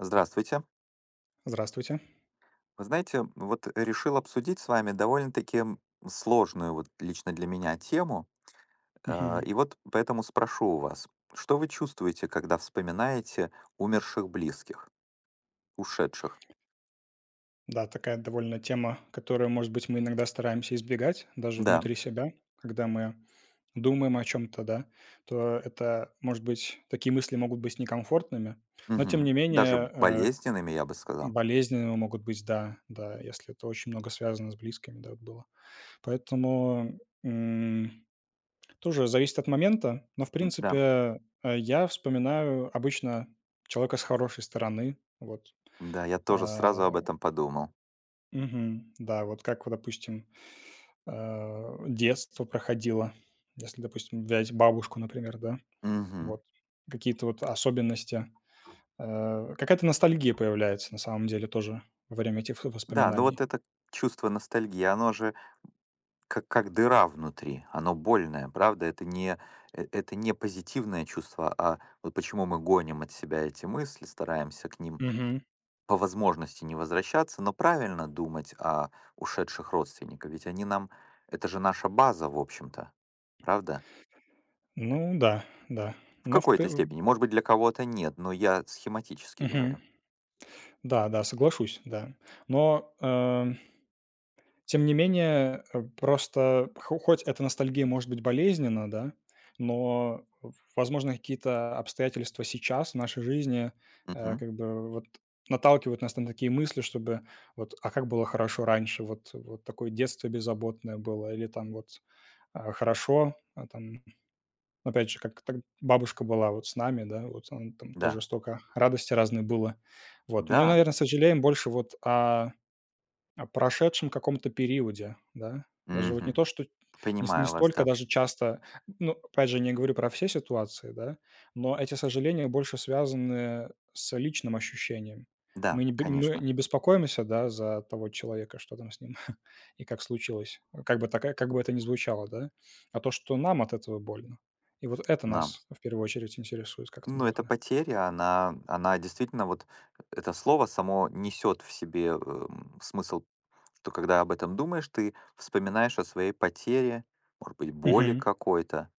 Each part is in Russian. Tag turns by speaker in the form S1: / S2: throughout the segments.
S1: Здравствуйте.
S2: Здравствуйте.
S1: Вы знаете, вот решил обсудить с вами довольно-таки сложную вот лично для меня тему. а,
S2: Мгм.
S1: И вот поэтому спрошу у вас, что вы чувствуете, когда вспоминаете умерших близких, ушедших?
S2: Да, такая довольно тема, которую, может быть, мы иногда стараемся избегать даже
S1: Да,
S2: внутри себя, когда мы думаем о чем-то, да, то это, может быть, такие мысли могут быть некомфортными, но тем
S1: мгм,
S2: не
S1: даже
S2: менее
S1: болезненными, я бы сказал.
S2: болезненными могут быть, да, да, если это очень много связано с близкими, да, вот было. Поэтому м, тоже зависит от момента, но в
S1: Да,
S2: принципе я вспоминаю обычно человека с хорошей стороны, вот.
S1: да, я тоже
S2: а,
S1: сразу об этом подумал.
S2: Мгм. Да, вот как, вот, допустим, детство проходило, если, допустим, взять бабушку, например, да,
S1: Мгм.
S2: вот какие-то вот особенности, какая-то ностальгия появляется на самом деле тоже во время этих
S1: Да, ну
S2: воспоминаний.
S1: вот это чувство ностальгии, оно же как дыра внутри. Оно больное, правда? Это не позитивное чувство, а вот почему мы гоним от себя эти мысли, стараемся к ним
S2: Мгм.
S1: по возможности не возвращаться, но правильно думать о ушедших родственниках, ведь они нам это же наша база, в общем-то, правда?
S2: Ну да, да.
S1: В
S2: Но в пе
S1: какой-то степени. Может быть, для кого-то нет, но я схематически
S2: мгм.
S1: говорю.
S2: Да, да, соглашусь, да. Но, э Тем не менее, просто хо хоть эта ностальгия может быть болезненна, да, но, в возможно, какие-то обстоятельства сейчас в нашей жизни,
S1: Мгм.
S2: как бы вот наталкивают нас на такие мысли, чтобы вот: "А как было хорошо раньше, вот такое детство беззаботное было". Или там вот, хорошо, опять же, как так бабушка была вот с нами, да, вот она там тоже
S1: Да.
S2: столько радости разной было. Вот. Мы,
S1: Да.
S2: наверное, сожалеем больше вот о прошедшем каком-то периоде, да? Даже вот не
S1: Мгм.
S2: то, что не
S1: Понимаю вас,
S2: столько
S1: да.
S2: даже часто, ну, опять же, не говорю про все ситуации, да, но эти сожаления больше связаны с личным ощущением. Мы
S1: Да,
S2: не б мы
S1: конечно.
S2: не беспокоимся, да, за того человека, что там с ним и как случилось, как бы такая как бы это ни звучало, да, а то, что нам от этого больно. И вот это
S1: Нам.
S2: нас в первую очередь интересует как-то,
S1: Ну, эта
S2: наверное.
S1: потеря, она действительно вот это слово само несет в себе, смысл, что когда об этом думаешь, ты вспоминаешь о своей потере, может быть, боли
S2: Мгм.
S1: какой-то.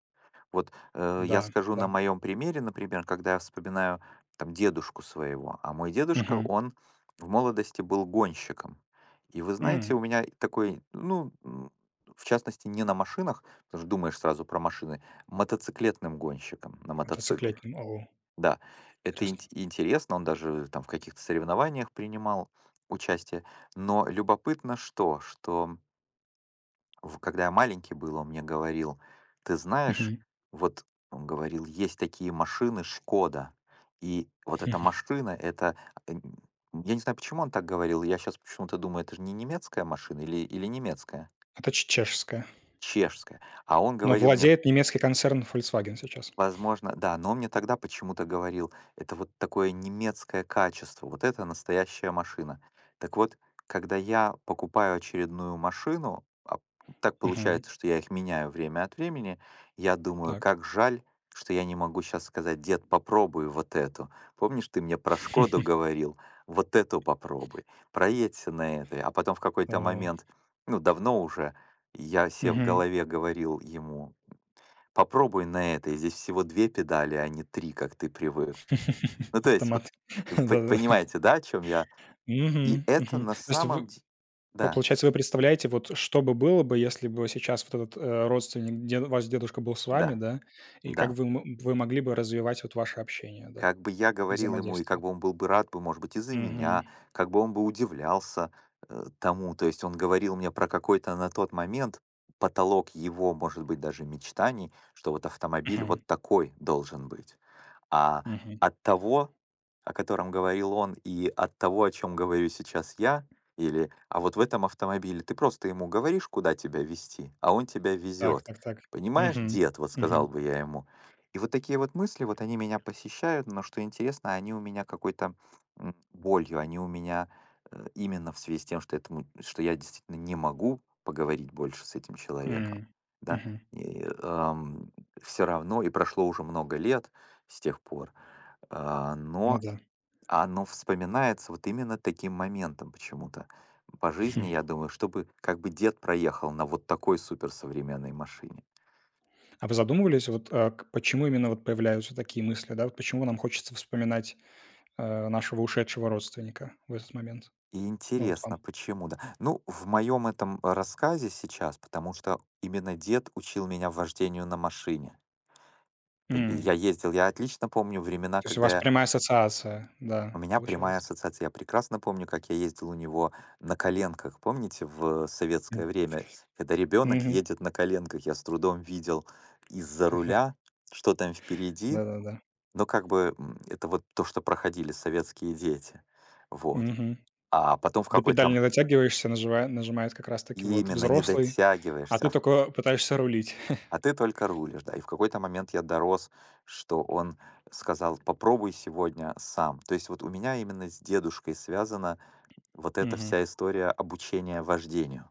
S1: Вот,
S2: Да,
S1: я скажу на
S2: да.
S1: моем примере, например, когда я вспоминаю там дедушку своего, а мой дедушка,
S2: Мгм.
S1: он в молодости был гонщиком. И вы знаете, у
S2: М.
S1: меня такой, ну, в частности, не на машинах, потому что думаешь сразу про машины, мотоциклетным гонщиком на мотоцикле.
S2: Мотоциклетным. О,
S1: Да, это
S2: интересно.
S1: интересно, он даже там в каких-то соревнованиях принимал участие. Но любопытно что, что в когда я маленький был, он мне говорил: "Ты знаешь,
S2: Мгм.
S1: вот,- он говорил,- есть такие машины "Шкода", и вот эта машина- это" э, н я не знаю, почему он так говорил. Я сейчас почему-то думаю, это же не немецкая машина или немецкая?
S2: Это ч чешская,
S1: Чешская. А он
S2: но
S1: говорил мне.
S2: владеет немецкий концерн Volkswagen сейчас.
S1: Возможно, да, но он мне тогда почему-то говорил: "Это вот такое немецкое качество, вот это настоящая машина". Так вот, когда я покупаю очередную машину, а так
S2: Мгм.
S1: получается, что я их меняю время от времени, я думаю:
S2: Так.
S1: как жаль, что я не могу сейчас сказать: "Дед, попробуй вот эту. Помнишь, ты мне про Шкоду говорил? Вот эту попробуй, проедься на этой". А потом в какой-то
S2: О.
S1: момент, ну, давно уже, я себе в
S2: Мгм.
S1: голове говорил ему: попробуй на этой. Здесь всего 2 педали, а не 3, как ты привык. Ну, то есть, вот,
S2: Автомат.
S1: п
S2: Да-да-да.
S1: понимаете, да, о чём я? И
S2: Мгм,
S1: это
S2: мгм.
S1: на
S2: То есть
S1: самом
S2: вы
S1: деле,
S2: по
S1: да,
S2: получается, вы представляете, вот что бы было бы, если бы сейчас вот этот, родственник, дед ваш дедушка был с
S1: да,
S2: вами, да, и как
S1: да.
S2: вы могли бы развивать вот ваше общение, да,
S1: Как бы я говорил ему, и как
S2: взаимодействие?
S1: бы он был бы рад бы, может быть, и за
S2: Мгм,
S1: меня, как бы он бы удивлялся, тому. То есть он говорил мне про какой-то на тот момент потолок его, может быть, даже мечтаний, что вот автомобиль
S2: мгм,
S1: вот такой должен быть. А
S2: мгм.
S1: от того, о котором говорил он, и от того, о чем говорю сейчас я, или «а вот в этом автомобиле», ты просто ему говоришь, куда тебя везти, а он тебя
S2: Так
S1: везет.
S2: так так.
S1: Понимаешь,
S2: Мгм,
S1: дед, вот
S2: мгм,
S1: сказал бы я ему. И вот такие вот мысли, вот они меня посещают, но что интересно, они у меня какой-то болью, они у меня именно в связи с тем, что я действительно не могу поговорить больше с этим человеком,
S2: м,
S1: да,
S2: мгм.
S1: все равно, и прошло уже много лет, с тех пор. А,
S2: Ну
S1: но
S2: да.
S1: оно вспоминается вот именно таким моментом почему-то. По жизни, я думаю, чтобы как бы дед проехал на вот такой суперсовременной машине.
S2: А вы задумывались, вот, э, к почему именно вот появляются такие мысли, да? Вот почему нам хочется вспоминать, нашего ушедшего родственника в этот момент?
S1: И
S2: Ну, вот
S1: интересно,
S2: вам.
S1: почему, да? Ну, в моем этом рассказе сейчас, потому что именно дед учил меня вождению на машине.
S2: М.
S1: Я ездил, я отлично помню времена,
S2: То есть у
S1: когда
S2: вас
S1: я
S2: прямая ассоциация, да,
S1: У меня прямая
S2: получается.
S1: ассоциация. Я прекрасно помню, как я ездил у него на коленках. Помните, в
S2: М.
S1: советское время, когда ребенок
S2: Мгм.
S1: едет на коленках, я с трудом видел из-за руля, что там впереди.
S2: Да-да-да.
S1: Но как бы это вот то, что проходили советские дети. Вот.
S2: Мгм.
S1: А потом в
S2: До педали
S1: какой-то
S2: не дотягиваешься, нажива нажимает как раз таки вот
S1: именно не
S2: взрослый, а
S1: дотягиваешься,
S2: ты только пытаешься рулить.
S1: а ты только рулишь, да. И в какой-то момент я дорос, что он сказал, попробуй сегодня сам. То есть вот у меня именно с дедушкой связано. Вот эта
S2: Мгм.
S1: вся история обучения вождению.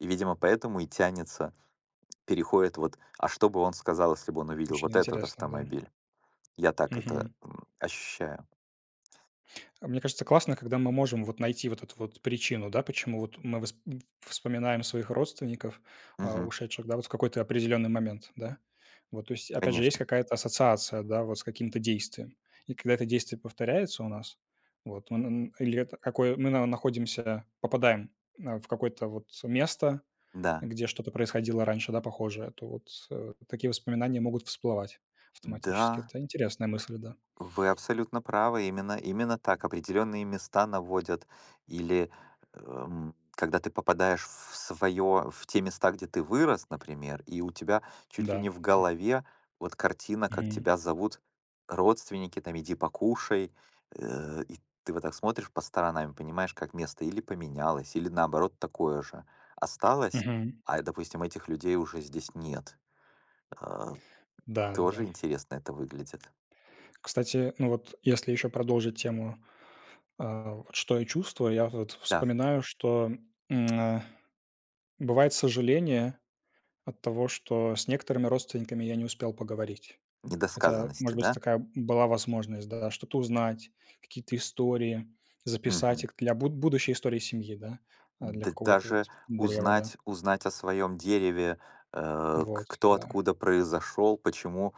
S1: И, видимо, поэтому и тянется, переходит вот, а что бы он сказал, если бы он увидел
S2: Очень
S1: вот этот
S2: интересно, да.
S1: автомобиль? Я так это
S2: Мгм.
S1: ощущаю.
S2: Мне кажется, классно, когда мы можем вот найти вот эту вот причину, да, почему вот мы вспоминаем своих родственников,
S1: Мгм.
S2: ушедших, да, вот в какой-то определенный момент, да. Вот, то есть, опять же, есть
S1: Конечно.
S2: какая-то ассоциация, да, вот с каким-то действием. И когда это действие повторяется у нас, вот, мы, н- или это какое, мы на- находимся, попадаем в какое-то вот место,
S1: Да.
S2: где что-то происходило раньше, да, похожее, то вот такие воспоминания могут всплывать
S1: Да,
S2: автоматически. Это интересная мысль, да.
S1: вы абсолютно правы. Именно так. Определенные места наводят или, когда ты попадаешь в те места, где ты вырос, например, и у тебя чуть ли
S2: Да,
S1: не в
S2: да.
S1: голове вот картина, как
S2: Мгм.
S1: тебя зовут родственники, там: "Иди покушай". И ты вот так смотришь по сторонам и понимаешь, как место или поменялось, или наоборот такое же осталось,
S2: Мгм.
S1: а, допустим, этих людей уже здесь нет. Э,
S2: Да,
S1: тоже
S2: да-да.
S1: интересно это выглядит.
S2: Кстати, ну вот если еще продолжить тему, вот что я чувствую, я вот
S1: Да,
S2: вспоминаю, что, м, а, бывает сожаление от того, что с некоторыми родственниками я не успел поговорить. Хотя,
S1: недосказанности,
S2: может быть,
S1: да?
S2: такая была возможность, да, что-то узнать, какие-то истории, записать
S1: Мгм.
S2: их для будущей истории семьи, да, для
S1: Д
S2: какого-то вот
S1: даже
S2: древа, да.
S1: узнать о своем дереве, э, к
S2: Вот,
S1: кто
S2: да.
S1: откуда произошел, почему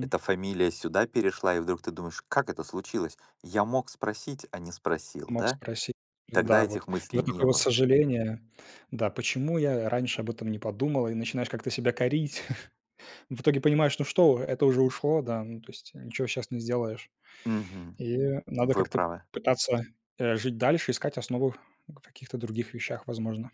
S1: эта фамилия сюда перешла, и вдруг ты думаешь: "Как это случилось? Я мог спросить, а не спросил",
S2: Мог
S1: да?
S2: спросить.
S1: Тогда
S2: Да,
S1: этих
S2: вот. И
S1: мыслей
S2: вот такое
S1: не
S2: вот
S1: было.
S2: сожаление. Да, почему я раньше об этом не подумал? И начинаешь как-то себя корить. В итоге понимаешь, ну что, вы, это уже ушло, да, ну, то есть ничего сейчас не сделаешь.
S1: Мгм.
S2: И надо
S1: Вы
S2: как-то
S1: правы.
S2: пытаться, жить дальше, искать основу в каких-то других вещах, возможно.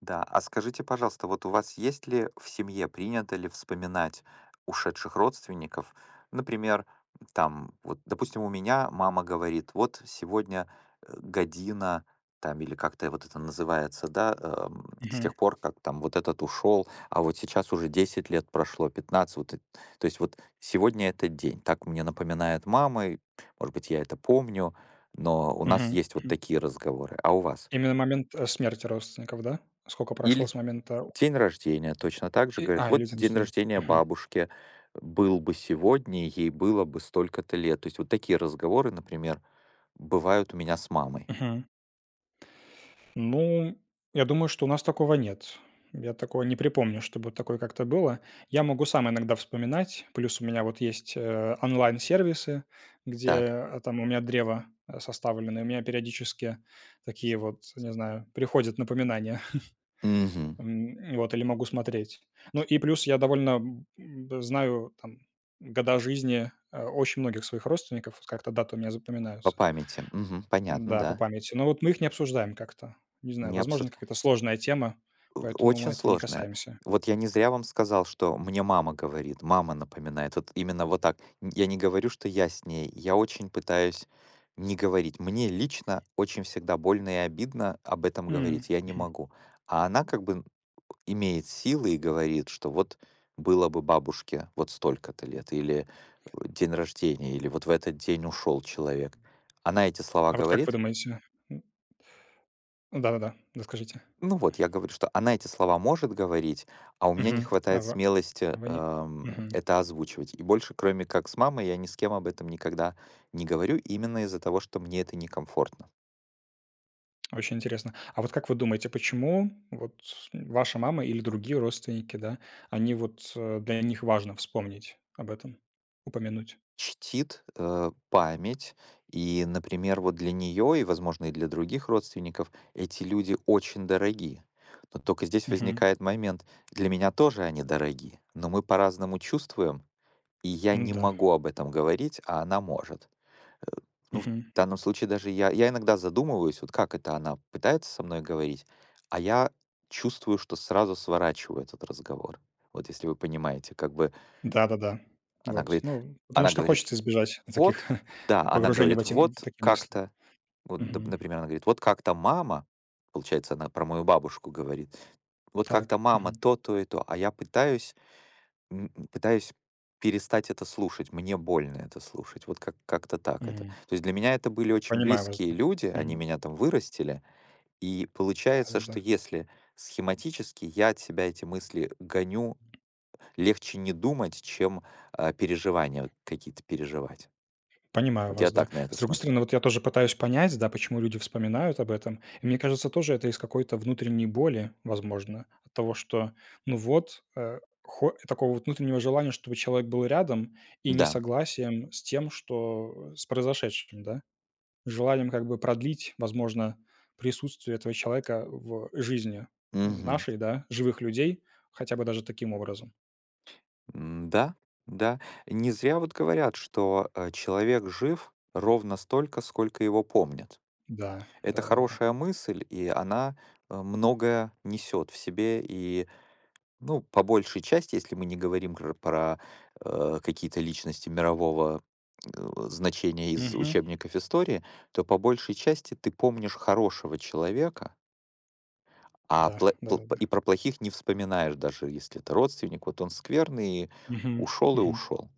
S1: Да, а скажите, пожалуйста, вот у вас есть ли в семье, принято ли вспоминать ушедших родственников? Например, там, вот, допустим, у меня мама говорит, вот сегодня година, там, или как-то вот это называется, да, с
S2: Мгм.
S1: тех пор, как там вот этот ушел, а вот сейчас уже 10 лет прошло, 15, вот, то есть вот сегодня этот день, так мне напоминает мама, и, может быть, я это помню, но у нас
S2: Мгм.
S1: есть вот
S2: М.
S1: такие разговоры, а у вас?
S2: Именно момент, смерти родственников, да? Сколько прошло
S1: Или
S2: с момента
S1: день рождения точно так же говорят:
S2: или
S1: "Вот день
S2: замещения.
S1: рождения бабушки был бы сегодня, ей было бы столько-то лет". То есть вот такие разговоры, например, бывают у меня с мамой.
S2: Ну, я думаю, что у нас такого нет. Я такого не припомню, чтобы такое как-то было. Я могу сам иногда вспоминать. Плюс у меня вот есть онлайн-сервисы, где
S1: Так.
S2: там у меня древо составлено, и у меня периодически такие вот, не знаю, приходят напоминания.
S1: Мгм.
S2: Вот, или могу смотреть. Ну и плюс я довольно знаю там года жизни очень многих своих родственников, вот как-то даты у меня
S1: По
S2: запоминаются.
S1: памяти. Мгм. Понятно,
S2: Да, по
S1: да.
S2: памяти. Но вот мы их не обсуждаем как-то. Не знаю,
S1: Не
S2: возможно,
S1: абсурд.
S2: какая-то сложная тема, поэтому мы
S1: Очень
S2: этого не
S1: сложное.
S2: касаемся.
S1: Вот я не зря вам сказал, что мне мама говорит, мама напоминает. Вот именно вот так. Н Я не говорю, что я с ней. Я очень пытаюсь не говорить. Мне лично очень всегда больно и обидно об этом
S2: М,
S1: говорить. Я не
S2: мгм.
S1: могу. А она как бы имеет силы и говорит, что вот было бы бабушке вот столько-то лет, или день рождения, или вот в этот день ушел человек. Она эти слова
S2: А вот как вы
S1: говорит,
S2: думаете? М, да-да-да, расскажите.
S1: ну вот, я говорю, что она эти слова может говорить, а у меня не
S2: Мгм. А
S1: хватает
S2: в
S1: смелости
S2: вы не Мгм.
S1: это озвучивать. И больше, кроме как с мамой, я ни с кем об этом никогда не говорю, именно из-за того, что мне это некомфортно.
S2: Очень интересно. А вот как вы думаете, почему вот ваша мама или другие родственники, да, они вот, для них важно вспомнить об этом, упомянуть?
S1: Чтит память. И, например, вот для нее и, возможно, и для других родственников эти люди очень дороги. Но только здесь
S2: Мгм.
S1: возникает момент: для меня тоже они дороги, но мы по-разному чувствуем, и я
S2: Ну
S1: не
S2: да.
S1: могу об этом говорить, а она может. Э, ну, в
S2: Мгм.
S1: данном случае даже я иногда задумываюсь, вот как это она пытается со мной говорить, а я чувствую, что сразу сворачиваю этот разговор. Вот если вы понимаете, как бы
S2: Да-да-да.
S1: она
S2: Вот,
S1: говорит
S2: ну, потому
S1: она
S2: что
S1: говорит:
S2: хочется избежать таких
S1: вот, да, она
S2: погружений в
S1: говорит:
S2: эти в
S1: "Вот
S2: такие мысли.
S1: как-то", вот,
S2: Мгм.
S1: например, она говорит: "Вот как-то мама", получается, она про мою бабушку говорит: "Вот как-то
S2: Так.
S1: мама
S2: Мгм.
S1: то, то и то". А я пытаюсь перестать это слушать, мне больно это слушать. Вот как-то так это.
S2: М.
S1: То есть для меня это были очень
S2: Понимаю вас,
S1: близкие
S2: да.
S1: люди,
S2: Мгм.
S1: они меня там вырастили. И получается,
S2: Да-да-да.
S1: что если схематически, я от себя эти мысли гоню, легче не думать, чем, переживания вот какие-то переживать.
S2: Понимаю
S1: Вот я
S2: вас, да.
S1: так на это
S2: С другой
S1: смотрю.
S2: стороны, вот я тоже пытаюсь понять, да, почему люди вспоминают об этом. И мне кажется, тоже это из какой-то внутренней боли, возможно, от того, что, ну вот, э, хо такого вот внутреннего желания, чтобы человек был рядом, и
S1: Да.
S2: несогласием с тем, что с произошедшим, да. Желанием как бы продлить, возможно, присутствие этого человека в жизни
S1: Мгм.
S2: нашей, да, живых людей хотя бы даже таким образом.
S1: М, да, да. Не зря вот говорят, что человек жив ровно столько, сколько его помнят.
S2: Да,
S1: Это
S2: да-да-да.
S1: хорошая мысль, и она многое несет в себе. И, ну, по большей части, если мы не говорим про какие-то личности мирового э, значения из
S2: Мгм.
S1: учебников истории, то по большей части ты помнишь хорошего человека, А
S2: Да,
S1: пло пл п-
S2: да-да-да.
S1: и про плохих не вспоминаешь, даже если это родственник. Вот он скверный,
S2: Мгм,
S1: ушел и
S2: мгм.
S1: ушел.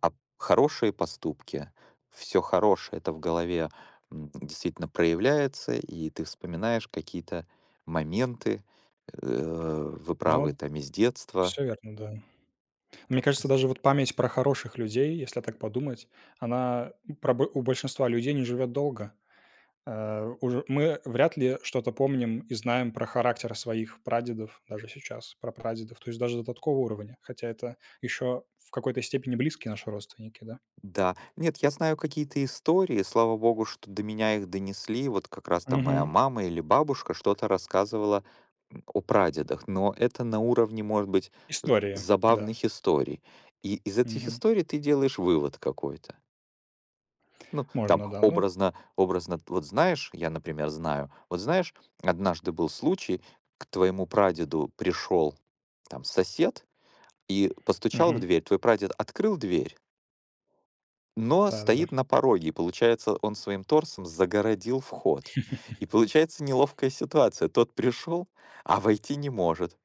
S1: А хорошие поступки, все хорошее- это в голове, действительно проявляется, и ты вспоминаешь какие-то моменты, э, вы правы,
S2: Ну,
S1: там из детства.
S2: всё верно, да. Мне
S1: Как это
S2: кажется, даже вот память про хороших людей, если так подумать, она про бо у большинства людей не живет долго. Уже мы вряд ли что-то помним и знаем про характер своих прадедов даже сейчас, про прадедов. То есть даже до такого уровня, хотя это еще в какой-то степени близкие наши родственники, да.
S1: Да. Нет, я знаю какие-то истории, слава богу, что до меня их донесли. Вот как раз там моя
S2: Мгм.
S1: мама или бабушка что-то рассказывала о прадедах, но это на уровне, может быть,
S2: История, да.
S1: забавных историй. И из этих
S2: Мгм.
S1: историй ты делаешь вывод какой-то. Ну, там
S2: Можно, да, ну,
S1: образно, образно, вот знаешь, я, например, знаю, вот знаешь, однажды был случай, к твоему прадеду пришел там сосед и постучал в
S2: мгм.
S1: дверь, твой прадед открыл дверь, но
S2: Да-да-да.
S1: стоит на пороге, и получается, он своим торсом загородил вход. И получается неловкая ситуация. Тот пришел, а войти не может.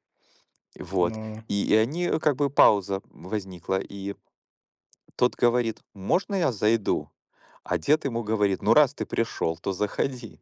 S1: Вот.
S2: Но
S1: И они, как бы пауза возникла, и тот говорит, можно я зайду? А дед ему говорит, ну раз ты пришел, то заходи.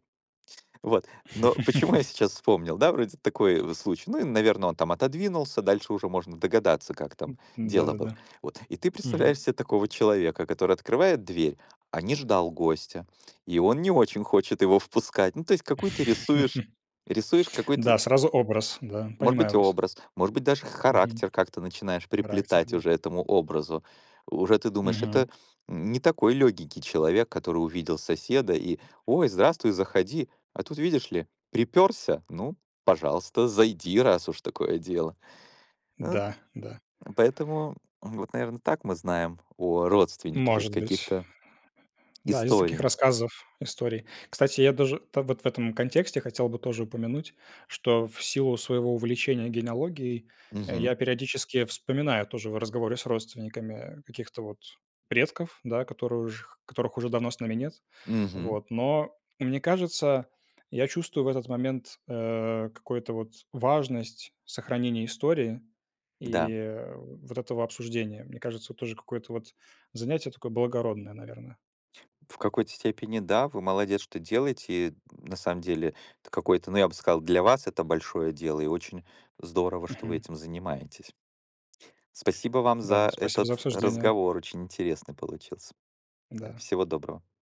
S1: Вот. Но почему я сейчас вспомнил, да, вроде такой случай. Ну, и, наверное, он там отодвинулся, дальше уже можно догадаться, как там дело было.
S2: Да-да-да.
S1: Вот. И ты представляешь
S2: Мгм.
S1: себе такого человека, который открывает дверь, а не ждал гостя, и он не очень хочет его впускать. Ну, то есть какую ты рисуешь какой-то,
S2: Да, сразу образ, да,
S1: может
S2: понимаю
S1: быть,
S2: вас.
S1: образ, может быть, даже
S2: Мгм.
S1: характер как-то начинаешь
S2: Характер,
S1: приплетать
S2: да.
S1: уже этому образу. Уже ты думаешь,
S2: Мгм.
S1: это не такой легенький человек, который увидел соседа и «Ой, здравствуй, заходи». А тут, видишь ли, приперся, ну, пожалуйста, зайди, раз уж такое дело. Э,
S2: Да, да.
S1: Поэтому вот, наверное, так мы знаем о родственниках из
S2: Может быть.
S1: каких-то
S2: Да, из таких
S1: историй.
S2: рассказов, историй. Кстати, я даже та вот в этом контексте хотел бы тоже упомянуть, что в силу своего увлечения генеалогией, я
S1: Мгм.
S2: периодически вспоминаю тоже в разговоре с родственниками каких-то вот предков, да, которые уж которых уже давно с нами нет.
S1: Мгм.
S2: Вот, но мне кажется, я чувствую в этот момент, какую-то вот важность сохранения истории и,
S1: Да.
S2: вот этого обсуждения. Мне кажется, тоже какое-то вот занятие такое благородное, наверное.
S1: В какой-то степени да, вы молодец, что делаете. И на самом деле это какое-то, ну, я бы сказал, для вас это большое дело, и очень здорово, что вы
S2: Мгм.
S1: этим занимаетесь. Спасибо вам
S2: Да,
S1: за
S2: спасибо за
S1: этот
S2: обсуждение.
S1: разговор, очень интересный получился. Да,
S2: Да.
S1: всего доброго.